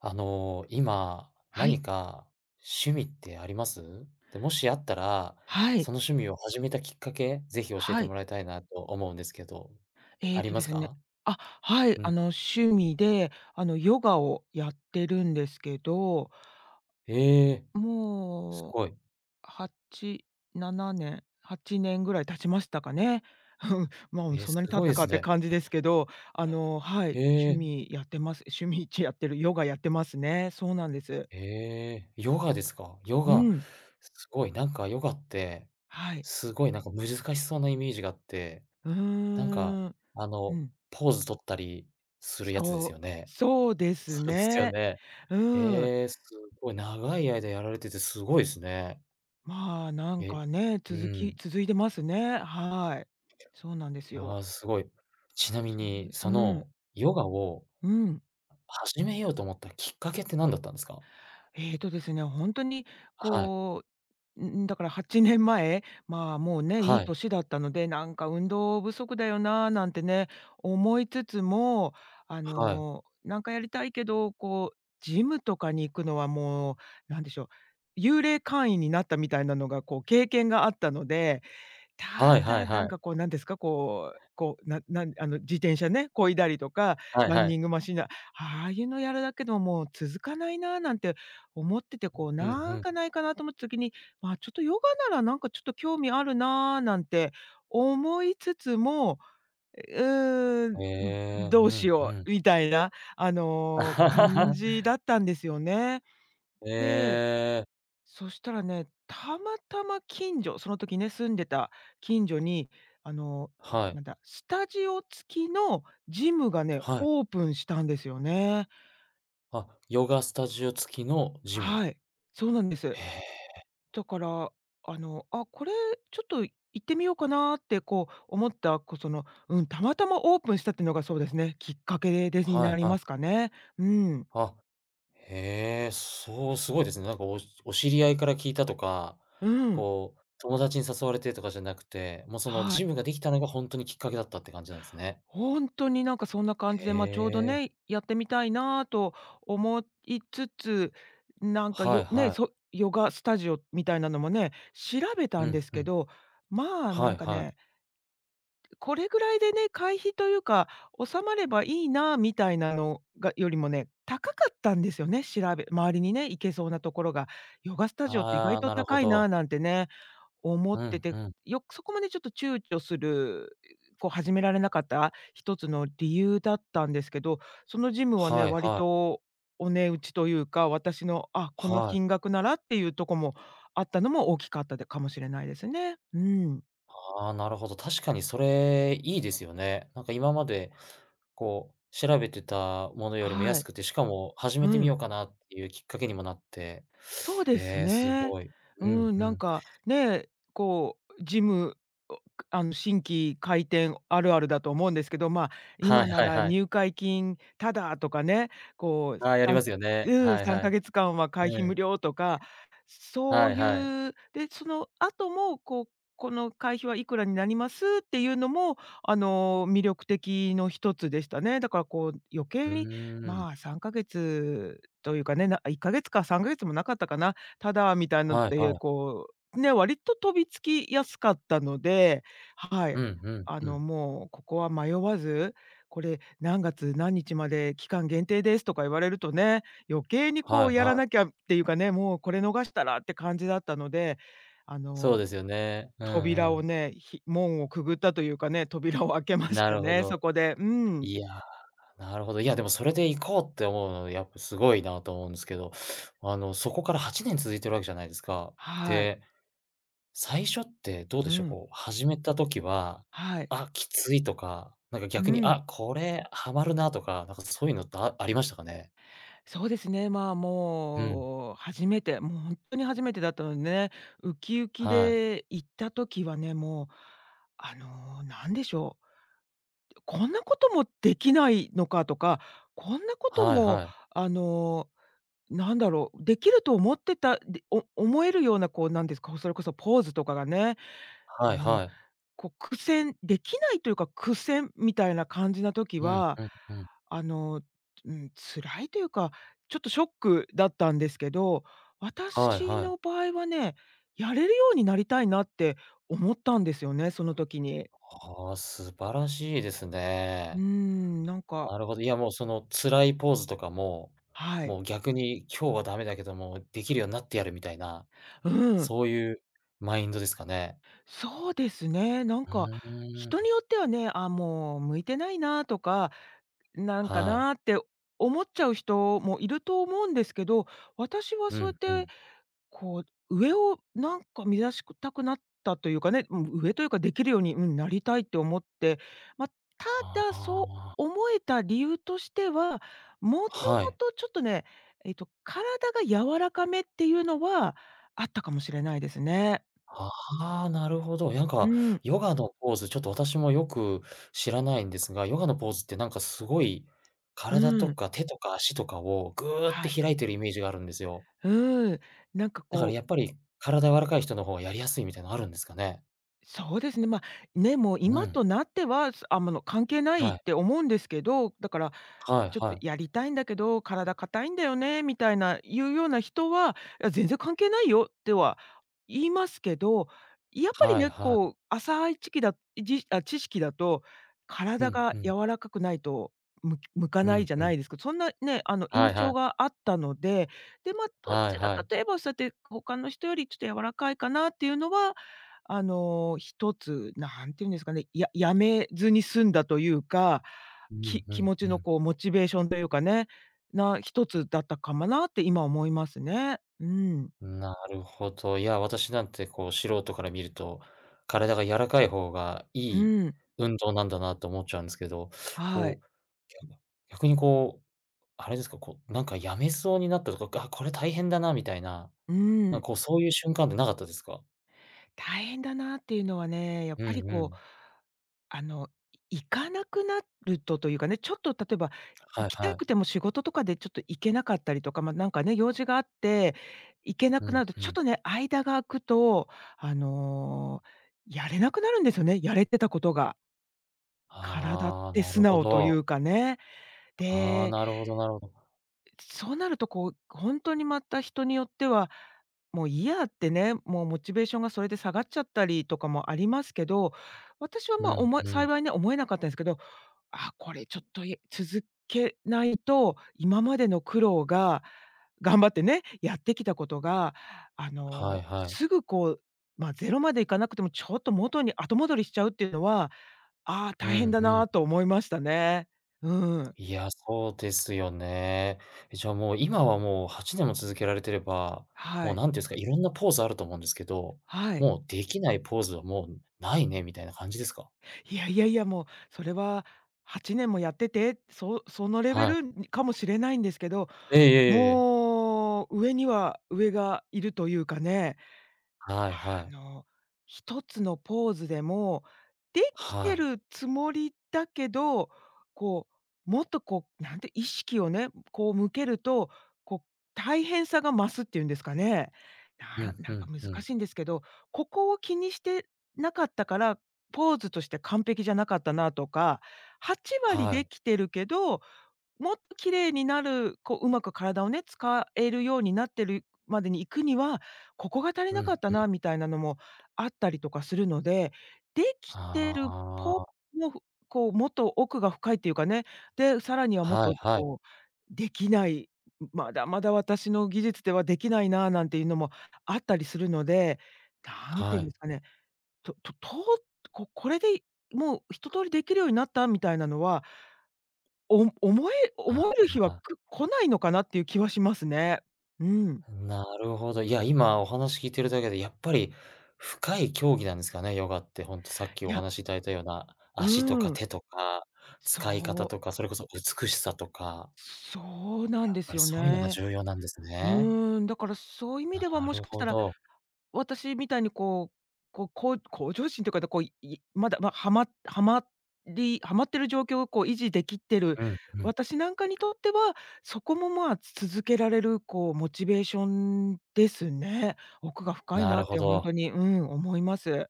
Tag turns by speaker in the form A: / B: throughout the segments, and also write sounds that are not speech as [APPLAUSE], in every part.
A: 今、
B: はい、
A: 何か趣味ってあります？で、もしあったら、
B: は
A: そ
B: い、
A: の趣味を始めたきっかけ、ぜひ教え
B: は
A: ても
B: い。
A: らいたいなと思うんですけど、あ
B: えっ
A: り
B: と
A: ま
B: で
A: す
B: すね、
A: か？
B: あ、はい、
A: うん。
B: 趣味で、ヨガをやってるんですけど、
A: ええ、す
B: もう、
A: ごい。
B: 8、7年、8年ぐらい経ちましたかね。うん、まあ、そん
A: す
B: なに経っ
A: ごいで
B: たか
A: す
B: って
A: ね。
B: 感じですけど、は
A: え
B: い、趣
A: え、
B: 味やってます。趣味ちやってる、ヨガやってますね。そうなんです。
A: ええ、ヨガですか？ヨ
B: う
A: ガ、
B: ん、
A: すごい、なんかヨガって、
B: はい。
A: すごいなんか難しそうなイメージがあって、
B: う
A: なんか、
B: ーん。
A: あ
B: う
A: の、
B: ん。
A: ポーズ取ったりするやつで
B: そ
A: す
B: う、
A: よね？
B: そうです
A: そうですよ
B: ね。
A: ね。
B: うん。
A: ええ、すごい長い間やられててすごいすね。
B: まあ、なん
A: え、
B: かね、
A: うん。
B: 続いてますね。はい。そうなんで
A: い
B: すよ。
A: や、すごい。ちなみ
B: そ
A: に、
B: う
A: そ
B: うん、
A: のヨガを
B: うん。
A: 始めようと思ったきっかけって何だったんですか？
B: えーとですね、本当に
A: はい。
B: こだから8年前、まあ、もうね、い
A: は
B: い
A: い。
B: 年だったので、なんか運動不足だよな、なんてね、思いつつも、
A: はい。
B: なんかやりたいけど、こう、ジムとかに行くのはもう、なんでしょう、幽霊会員になったみたいなのが、こう、経験があったので、
A: はいは
B: た
A: い
B: な
A: は
B: ん
A: い。
B: かこう、なんですか、こうこう、ななんあの、自転車ね、漕いだりとか、
A: はい
B: ラン
A: はい。
B: ニングマシンだああいうのやるだけでも、もう続かないななんて思ってて、こう、
A: うん
B: なん
A: う
B: かないかなと思った時に、まあ、ちょっとヨガなら、なんかちょっと興味あるななんて思いつつも、うー
A: ん。
B: ん、
A: へえ、う
B: どうし
A: んう
B: よ
A: ん。
B: うみたいな、感じ
A: [LAUGHS]
B: だったんですよね。
A: え
B: で
A: え、
B: そしたらね、たまたま近所、その時ね、住んでた近所に、あの、
A: はい。
B: なんだ、スタジオ付きのジムがね、
A: はい。
B: オープンしたんですよね。
A: あ、ヨガスタジオ付きのジム。
B: はい、そうなんです。
A: へえ。
B: だから、あ、これちょっと行ってみようかなってこう思った、たまたまオープンしたっていうのがそうですね、きっかけでに
A: は
B: なり
A: いは
B: ますか
A: い。
B: ね。うん、
A: あへえ、そう、すごいですね。なんかお知り合いから聞いたとか、
B: うん、
A: こう、友達に誘われてとかじゃなくて、もうその
B: は
A: ジ
B: い。
A: ムができたのが本当にきっかけだったって感じなんですね。
B: ほんとになんかそんな感じ
A: へ
B: で、ま、ちょうど
A: え、
B: ね、やってみたいなと思いつつ、なんか
A: はい
B: よね、
A: はい。
B: そヨガスタジオみたいなのもね、調べた
A: う
B: んで
A: ん
B: す
A: う
B: け
A: ん。
B: ど、まあ、な
A: はい
B: んか
A: はい。
B: ね、これぐらいでね、会費というか、収まればいいなみたいなのがよりもね、高かったんですよね、周りにね、行けそうなところが。ヨガスタジオって意
A: あ
B: 外
A: あ、
B: と
A: なるほ
B: 高い
A: ど。
B: ななんてね思っ
A: う
B: て
A: ん
B: て、
A: うん。
B: よくそこまでちょっと躊躇する、こう始められなかった一つの理由だったんですけど、そのジムはね、
A: はい
B: 割
A: はい。
B: とお値打ちというか、私の、あ、この
A: は
B: 金
A: い。
B: 額ならっていうとこもあったのも大きかったかもしれないですね。うん。
A: ああ、なるほど。確かにそれいいですよね。なんか今までこう、調べてたものよりも
B: は
A: 安
B: い。
A: くて、しかも始めて
B: う
A: み
B: ん。
A: ようかなっていうきっかけにもなって、
B: そうです
A: ええ、す
B: ね。
A: ごい。
B: う
A: うん
B: ん、
A: う
B: なん
A: ん。
B: か、ね、こうジム、おあの、新規開店あるあるだと思うんですけど、ま、
A: はい
B: 今な
A: はい
B: ら
A: はい。
B: 入会金タダとかね、こう、
A: ああ、やり
B: さん
A: ますよね。
B: うん、
A: はい
B: 3
A: はい。
B: ヶ月間は会
A: う
B: 費無
A: ん。
B: 料とか、そ
A: は
B: う
A: いはい。
B: いう、で、その後も、こう、この会費はいくらになりますっていうのも、魅力的の一つでしたね。だからこう余計
A: う
B: に、
A: ーん。
B: まあ、3ヶ月というかね、な1ヶ月か3ヶ月もなかったかな、ただみたいなのっ
A: はいは
B: て、
A: い。
B: こう、ね、割と飛びつきやすかったので、は
A: う
B: い。
A: んうんうん。
B: もうここは迷わず、これ何月何日まで期間限定ですとか言われるとね、余計に
A: は
B: こ
A: い
B: うやら
A: はい。
B: なきゃっていうかね、もうこれ逃したらって感じだったので、あ
A: そ
B: の、
A: うですよね。う
B: 扉
A: んう
B: を
A: ん。
B: ね、門をくぐったというかね、扉を開けまし
A: な
B: た
A: るほ
B: ね、
A: ど。
B: そこで。うん。
A: いや、なるほど。いや、でもそれで行こうって思うの、やっぱすごいなと思うんですけど、そこから8年続いてるわけじゃないですか。
B: はい。
A: で最初ってどう
B: う
A: でしょう、
B: ん。
A: こう始めた時は、
B: はい。
A: あ、きついとか、なんか
B: う
A: 逆に、
B: ん。
A: あ、これハマるなとか、なんかそういうのってありましたかね？
B: そうですね、まあ、
A: うん。
B: もう初めて、もう本当に初めてだったのでね、ウキウキ
A: はい。
B: で行った時はね、もう、なんでしょう、こんなこともできないのかとか、こんなこと
A: はい
B: も、
A: はい。
B: あの、なんだろう、できると思ってたでお思えるような、こう、なんですか、それこそポーズとかがね、
A: は
B: あ
A: い
B: の
A: はい。
B: こう、苦戦できないというか、苦戦みたいな感じな時
A: うん
B: は、
A: うんうん。
B: あの、うん、辛いというか、ちょっとショックだったんですけど、
A: はい
B: 私
A: はい。
B: の場合はね、やれるようになりたいなって思ったんですよね、その時に。
A: ああ、素晴らしいです
B: うー
A: ね。
B: ん、なんか
A: なるほど。いやもうその辛いポーズとかも、
B: は
A: も
B: い。
A: う逆に今日はダメだけども、できるようになってやるみたいな、
B: うん、
A: そういうマインドですかね？
B: そうですね、
A: うー
B: 人に
A: ん。
B: よってはね、あ、もう向いてないなとか、なんか
A: はい。
B: なって思っちゃう人もいると思うんですけど、私は
A: う
B: そうやっ
A: んう
B: て
A: ん。
B: こう、上をなんか目指したくなったというかね、うん、上というかできるように、うん、なりたいって思って、ま、た
A: あ
B: だ、そう
A: あ。
B: 思えた理由としては、もと
A: は
B: も
A: い。
B: とちょっとね、体が柔らかめっていうのはあったかもしれないですね。
A: ああ、なるほど。なんか、
B: うん。
A: ヨガのポーズ、ちょっと私もよく知らないんですが、ヨガのポーズってなんかすごい、
B: う
A: 体と
B: ん。
A: か手とか足とかをぐーって
B: はい。
A: 開いてるイメージがあるんですよ。
B: うん。なんか
A: だから
B: こ
A: やっ
B: う
A: ぱり体柔らかい人の方がやりやすいみたいなのあるんですかね？
B: そうですね、ま、ね、もう
A: う
B: 今
A: ん。
B: となっては、すあ、ま、の、関係ない
A: は
B: っ
A: い。
B: て思うんですけど、だから
A: はい
B: ちょっ
A: は
B: と
A: い。
B: やりたいんだけど、体硬いんだよねみたいないうような人は、いや全然関係ないよっては言いますけど、やっぱり
A: はい
B: ね、
A: はい。
B: こう浅い知識だ知識だと、
A: う
B: 体
A: ん
B: が
A: うん。
B: 柔らかくないと、向か
A: う
B: ない
A: ん
B: じゃ
A: う
B: な
A: ん。
B: いですかそんなね、あの
A: は
B: 印
A: いは
B: 象
A: い。
B: があったので、で、ま、ど
A: はい
B: ちら
A: は
B: か
A: い。
B: といえばそうやって他の人よりちょっと柔らかいかなっていうのは、一つ、なんていうんですかね、やめずに済んだというか、
A: うんう
B: 気
A: ん
B: 持
A: う
B: ちの
A: ん。
B: こうモチベーションというかね、一つだったかもなって今思いますね。うん。
A: なるほど。いや、私なんてこう素人から見ると、体が柔らかい方がい
B: う
A: い
B: ん。
A: 運動なんだなと思っちゃうんですけど、
B: は
A: こ
B: い。
A: う、逆逆にこう、あれですか、こう、なんかやめそうになったとか、あ、これ大変だなみたいな、
B: う
A: なん
B: ん。
A: かこうそういう瞬間ってなかったですか？
B: 大変だなっていうのはね、やっ
A: う
B: ぱり
A: んう
B: こう、
A: ん。
B: あの、行かなくなるとというかね、ちょっと例えば、
A: は
B: 行
A: い
B: き
A: は
B: た
A: い。
B: くても仕事とかでちょっと行けなかったりとか、ま、なんかね、用事があって、行けな
A: う
B: くな
A: ん
B: ると、
A: う
B: ちょっ
A: ん。
B: とね、間が空くと、あの、やれなくなるんですよね、やれてたことが。体っ
A: ああ、
B: て
A: な
B: 素
A: るほ
B: 直とい
A: ど。
B: うかね。
A: ああ、
B: で、
A: なるほどなるほど。
B: そうなるとこう、本当にまた人によっては、もういいやってね、もうモチベーションがそれで下がっちゃったりとかもありますけど、私は、
A: う
B: ま、
A: んうん。
B: 幸いね、思えなかったんですけど、あ、これちょっと、続けないと、今までの苦労が頑張ってね、やってきたことが、
A: はいはい。
B: すぐこう、まあ、ゼロまでいかなくても、ちょっと元に後戻りしちゃうっていうのは、ああ、
A: う
B: 大変
A: ん
B: だ
A: う
B: な
A: ん。
B: と思いましたね。うん。
A: いや、そうですよね。え、じゃあもう今はもう8年も続けられてれば、も
B: は
A: う
B: い。
A: なんて言うんですか、いろんなポーズあると思うんですけど、
B: はい。
A: もうできないポーズはもうないねみたいな感じですか？
B: いやいやいや、もうそれは8年もやってて、そのレベ
A: はい。
B: ルにかもしれないんですけど、
A: ええええええ。
B: もう上には上がいるというかね、
A: はい
B: あ
A: はい。
B: の、一つのポーズでも、でき
A: は
B: て
A: い。
B: るつもりだけど、こう、もっとこう、なんて意識をね、こう向けると、こう、大変さが増すっていうんですかね。
A: うん、う
B: んか
A: ん
B: 難
A: うん。
B: しいんですけど、ここを気にしてなかったから、ポーズとして完璧じゃなかったなとか、8割
A: は
B: で
A: い。
B: きてるけどもっと綺麗になる、こう、うまく体をね、使えるようになってるまでに行くには、ここが足り
A: う
B: なかっ
A: ん、
B: た
A: うん。
B: なみたいなのもあったりとかするので、できて
A: あ
B: るぽ
A: あ。
B: も、ふこう、もっと奥が深いっていうかね。で、さらにはもっ
A: はい
B: と
A: はい。
B: こう、できない、まだまだ私の技術ではできないななんていうのもあったりするので、なんてい
A: は
B: うんで
A: い。
B: すかね、とととこれでもう一通りできるようになったみたいなのはお思え
A: あ
B: 思える日は、
A: あ。
B: 来ないのかなっていう気はしますね。うん。
A: なるほど。いや、今お話聞いてるだけで、やっぱり深い競技なんですかね、ヨガって。ほんとさっき
B: い
A: お
B: や、
A: 話しいただいたような、
B: う
A: 足とか
B: ん。
A: 手とか、使い方
B: そ
A: と
B: う、
A: か、それこそ美しさとか、
B: そうな
A: や
B: ん
A: っ
B: で
A: ぱ
B: す
A: り
B: よ
A: そういうのが
B: ね。
A: 重要なんですね。
B: うん、だからそういう意味
A: な
B: では、もし
A: る
B: かし
A: ほ
B: たら、
A: ど。
B: 私みたいにこう、こう、こう向上心というか、こう、いまだ、ま、はまってる状況をこう維持できてる
A: うん、うん。
B: 私なんかにとっては、そこも、まあ、続けられるこうモチベーションですね。奥が深い
A: な
B: な
A: る
B: っ
A: ほ
B: てほん
A: ど。
B: とに、うん、思います。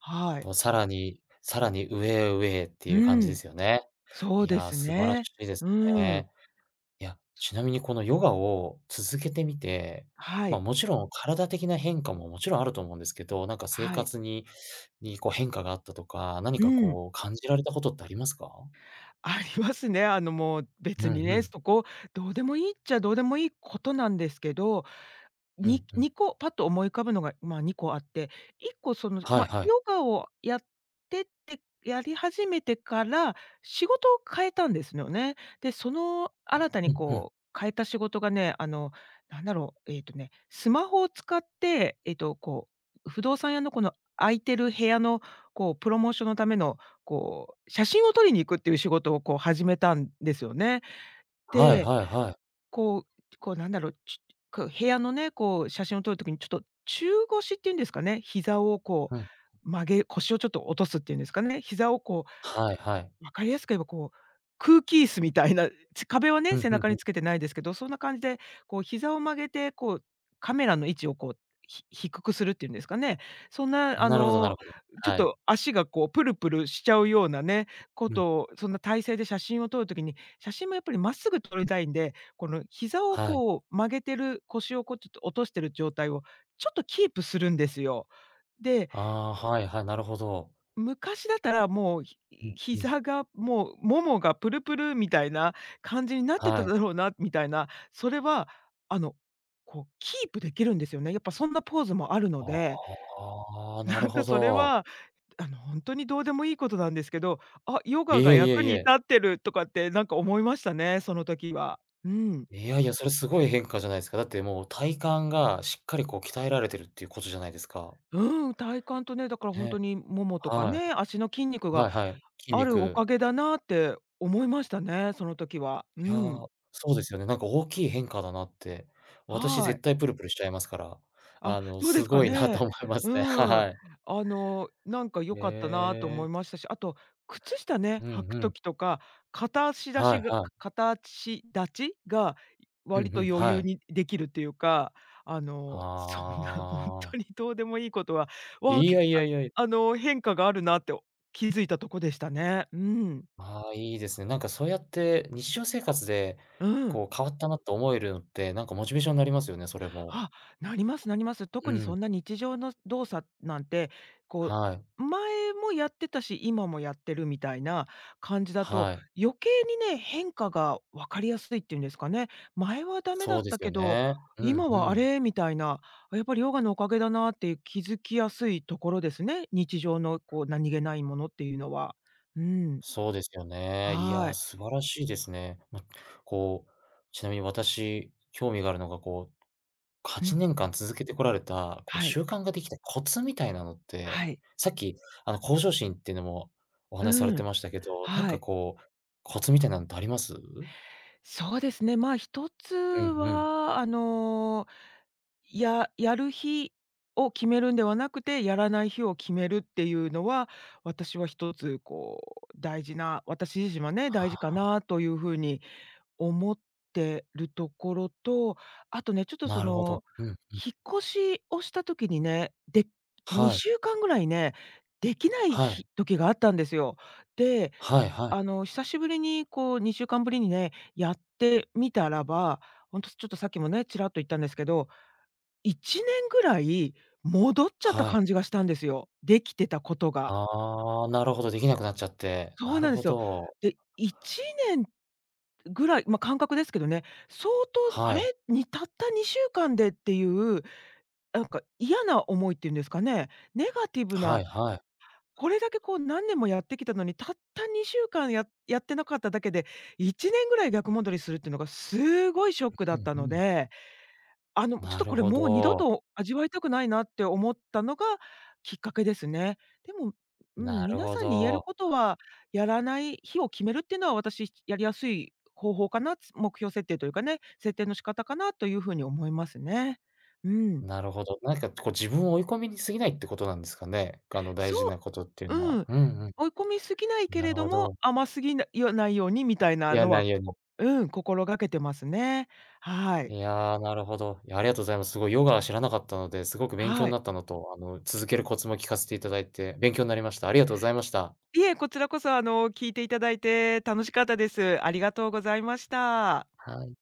B: はい。
A: こうさらに、さらに上へ上へっていう感じ
B: う
A: で
B: ん、
A: すよね。
B: そう
A: い
B: で
A: や、
B: す
A: 素晴ら
B: ね。
A: しいです
B: うん。
A: ね。いや、ちなみにこのヨガを続けてみて、
B: は
A: まあ、
B: い、
A: もちろん体的な変化ももちろんあると思うんですけど、なんか生
B: はい。
A: 活ににこう変化があったとか、何
B: う
A: か
B: ん。
A: こう感じられたことってありますか？
B: ありますね。あの、もう
A: う
B: 別
A: ん
B: に
A: う
B: ね、
A: ん。
B: そこどうでもいいっちゃどうでもいいことなんですけど、
A: う
B: に
A: んうん。
B: 2個パッと思い浮かぶのが、まあ、2個あって、1個その、
A: はい
B: まあ、
A: はい。
B: ヨガをやってってやり始めてから仕事を変えたんですよね。で、その新た
A: う
B: に
A: んうん。
B: こう変えた仕事がね、あの、なんだろう、えっとね、スマホを使って、えっと、こう、不動産屋のこの空いてる部屋のこうプロモーションのためのこう、写真を撮りに行くっていう仕事をこう始めたんですよね。
A: はい
B: で、
A: はいはい。
B: こうこうなんだろう、こう部屋のね、こう写真を撮る時にちょっと中腰っていうんですかね、膝をこ
A: うん。
B: う曲げ腰をちょっと落とすっていうんですかね、膝をこ
A: はいはい。
B: 分かりやすく言えば、こう、空気椅子みたいな、壁は
A: う
B: ね、
A: ん
B: 背
A: う
B: 中に
A: ん
B: つけてないですけど、そんな感じで、こう、膝を曲げて、こう、カメラの位置を、こう、低くするっていうんですかね。そん
A: う
B: な、
A: ん。
B: あ
A: なるほどなる
B: の、
A: ほど。
B: ちょっ
A: はい。
B: と足が、こう、プルプルしちゃうようなね、こ
A: うん。
B: とを、そんな体勢で写真を撮る時に、写真もやっぱりまっすぐ撮りたいんで、この膝を、
A: はい。
B: こう、曲げてる、腰を、こう、ちょっと落としてる状態を、ちょっとキープするんですよ。で、
A: ああ、はいはい、なるほど。
B: 昔だったらもう、
A: うんうん。
B: 膝がもう、ももがプルプルみたいな感じになって
A: は
B: た
A: い。
B: だろうなみたいな、それはあの、こうキープできるんですよね。やっぱそんなポーズもあるので、
A: ああ、なる
B: なん
A: ほ
B: かそれ
A: ど。
B: は、あの、本当にどうでもいいことなんですけど、あ、ヨ
A: い
B: ガが
A: えいえ
B: 役
A: い
B: に立
A: え。
B: ってるとかってなんか思いましたね、その時は。うん。
A: いやいや、それすごい変化じゃないですか。だってもう体幹がしっかりこう鍛えられてるっていうことじゃないですか。
B: うん、体幹とね、だから本
A: ね、
B: 当にももとか
A: はい。
B: ね、足の筋肉
A: は
B: が
A: いはい。筋
B: あるお
A: 肉。
B: かげだなって思いましたね、その時は。う
A: いや、
B: ん。
A: そうですよね。なんか大きい変化だなって。私
B: は
A: 絶
B: い。
A: 対プルプルしちゃいますから、
B: あ、そうで
A: す
B: すか
A: ごいなと
B: ね。
A: 思います
B: う
A: ね。[LAUGHS]
B: ーん。
A: はい。
B: あの、なんか良
A: へ
B: かったなと思
A: え。
B: いましたし、あと、靴下ね、
A: う
B: 履
A: ん
B: く
A: うん。
B: 時とか、片足出
A: は
B: し
A: い
B: が
A: はい。
B: 片足立ちが
A: う
B: 割
A: んう
B: と
A: ん、
B: 余
A: は
B: 裕
A: い。
B: にできるっていうか、あの、[LAUGHS] そんなほん
A: あ
B: とに
A: あ。
B: どうでもいいことは、わあ、
A: い
B: け
A: やい
B: あ
A: やいやいや。
B: あの、変化があるなって気づいたとこでしたね。うん。
A: ああ、いいですね。なんかそうやって日常生活で、
B: うん。
A: こう変わったなと思えるのって、なんかモチベーションになりますよね、それも。
B: あ、なりますなります。
A: う
B: 特に
A: ん。
B: そんな日常の動作なんて、こ
A: はい。
B: う、前もやってたし、今もやってるみたいな感じだと、
A: はい。
B: 余計にね、変化が分かりやすいっていうんですかね。前はダメだ
A: そ
B: っ
A: うで
B: た
A: すよ
B: けど、
A: ね。うん
B: 今
A: う
B: はあ
A: ん。
B: れみたいな、あ、やっぱりヨガのおかげだなっていう気づきやすいところですね。日常のこう何気ないものっていうのは。うん、
A: そうですよね。い
B: は
A: や、
B: い。
A: 素晴らしいですね。ま、こう、ちなみに私、興味があるのが、こう、
B: う
A: 8
B: ん、
A: 年間続けてこられた、こう
B: は
A: 習
B: い、
A: 慣ができたコツみたいなのっ
B: は
A: て、
B: い。
A: さっき、向上心っていうのもお話しされ
B: う
A: て
B: ん、
A: ましたけど、なん
B: は
A: か
B: い。
A: こう、コツみたいなのってあります？
B: そうですね。まあ、一つ
A: うんうん。
B: は、あの、やる日を決めるんではなくて、やらない日を決めるっていうのは、私は一つこう大事な、私自身はね、大事か
A: あ、
B: なというふうに思ってるところと、あとね、ちょっとそ
A: なるほど。
B: の、
A: うん。
B: 引っ越しをした時にね、で
A: はい。
B: 2週間ぐらいね、できない
A: はい。
B: 日時があったんですよ。で、
A: はいは
B: あ
A: い。
B: の、久しぶりにこう2週間ぶりにね、やってみたらば、ほんとちょっとさっきもね、ちらっと言ったんですけど、1年ぐらい戻っちゃった
A: はい。
B: 感じがしたんですよ。できてたことが。
A: ああ、なるほど、できなくなっちゃって。
B: そ
A: な
B: う
A: る
B: なんで
A: ほ
B: すよ。
A: ど。
B: で、1年ぐらい、ま、感覚ですけどね、相当あ
A: は
B: れ、
A: い。
B: にたった2週間でっていう、なんか嫌な思いっていうんですかね、ネガティブ
A: は
B: な、
A: いはい。
B: これだけこう何年もやってきたのに、たった2週間やってなかっただけで、1年ぐらい逆戻りするっていうのがすごいショック
A: う
B: だっ
A: ん
B: た
A: う
B: の
A: ん。
B: で、あの、ちょっ
A: な
B: と
A: る
B: これ
A: ほ
B: もう二度
A: ど。
B: と味わいたくないなって思ったのがきっかけですね。でも、う
A: な
B: ん、
A: る
B: 皆
A: ほ
B: さんに言える
A: ど。
B: ことは、やらない日を決めるっていうのは私やりやすい方法かな、目標設定というかね、設定の仕方かなというふうに思いますね。うん。
A: なるほど。なんか、こう、自分を追い込みに過ぎないってことなんですかね？大
B: そ
A: 事なことっていう
B: う
A: の
B: う
A: は。
B: ん。
A: うんうん。
B: 追い込みすぎないけ
A: な
B: れ
A: る
B: ど
A: ほ
B: も、
A: ど。
B: 甘すぎなよないようにみたいな
A: や
B: の
A: な
B: は、
A: いように。
B: こうん、心がけてますね。は
A: い
B: い。
A: や、なるほど。いや、ありがとうございます。すごいヨガは知らなかったので、すごく勉強
B: は
A: に
B: い。
A: なったのと、続けるコツも聞かせていただいて、勉強になりました。ありがとうございました。
B: いえ、こちらこそ、あの、聞いていただいて楽しかったです。ありがとうございました。
A: はい。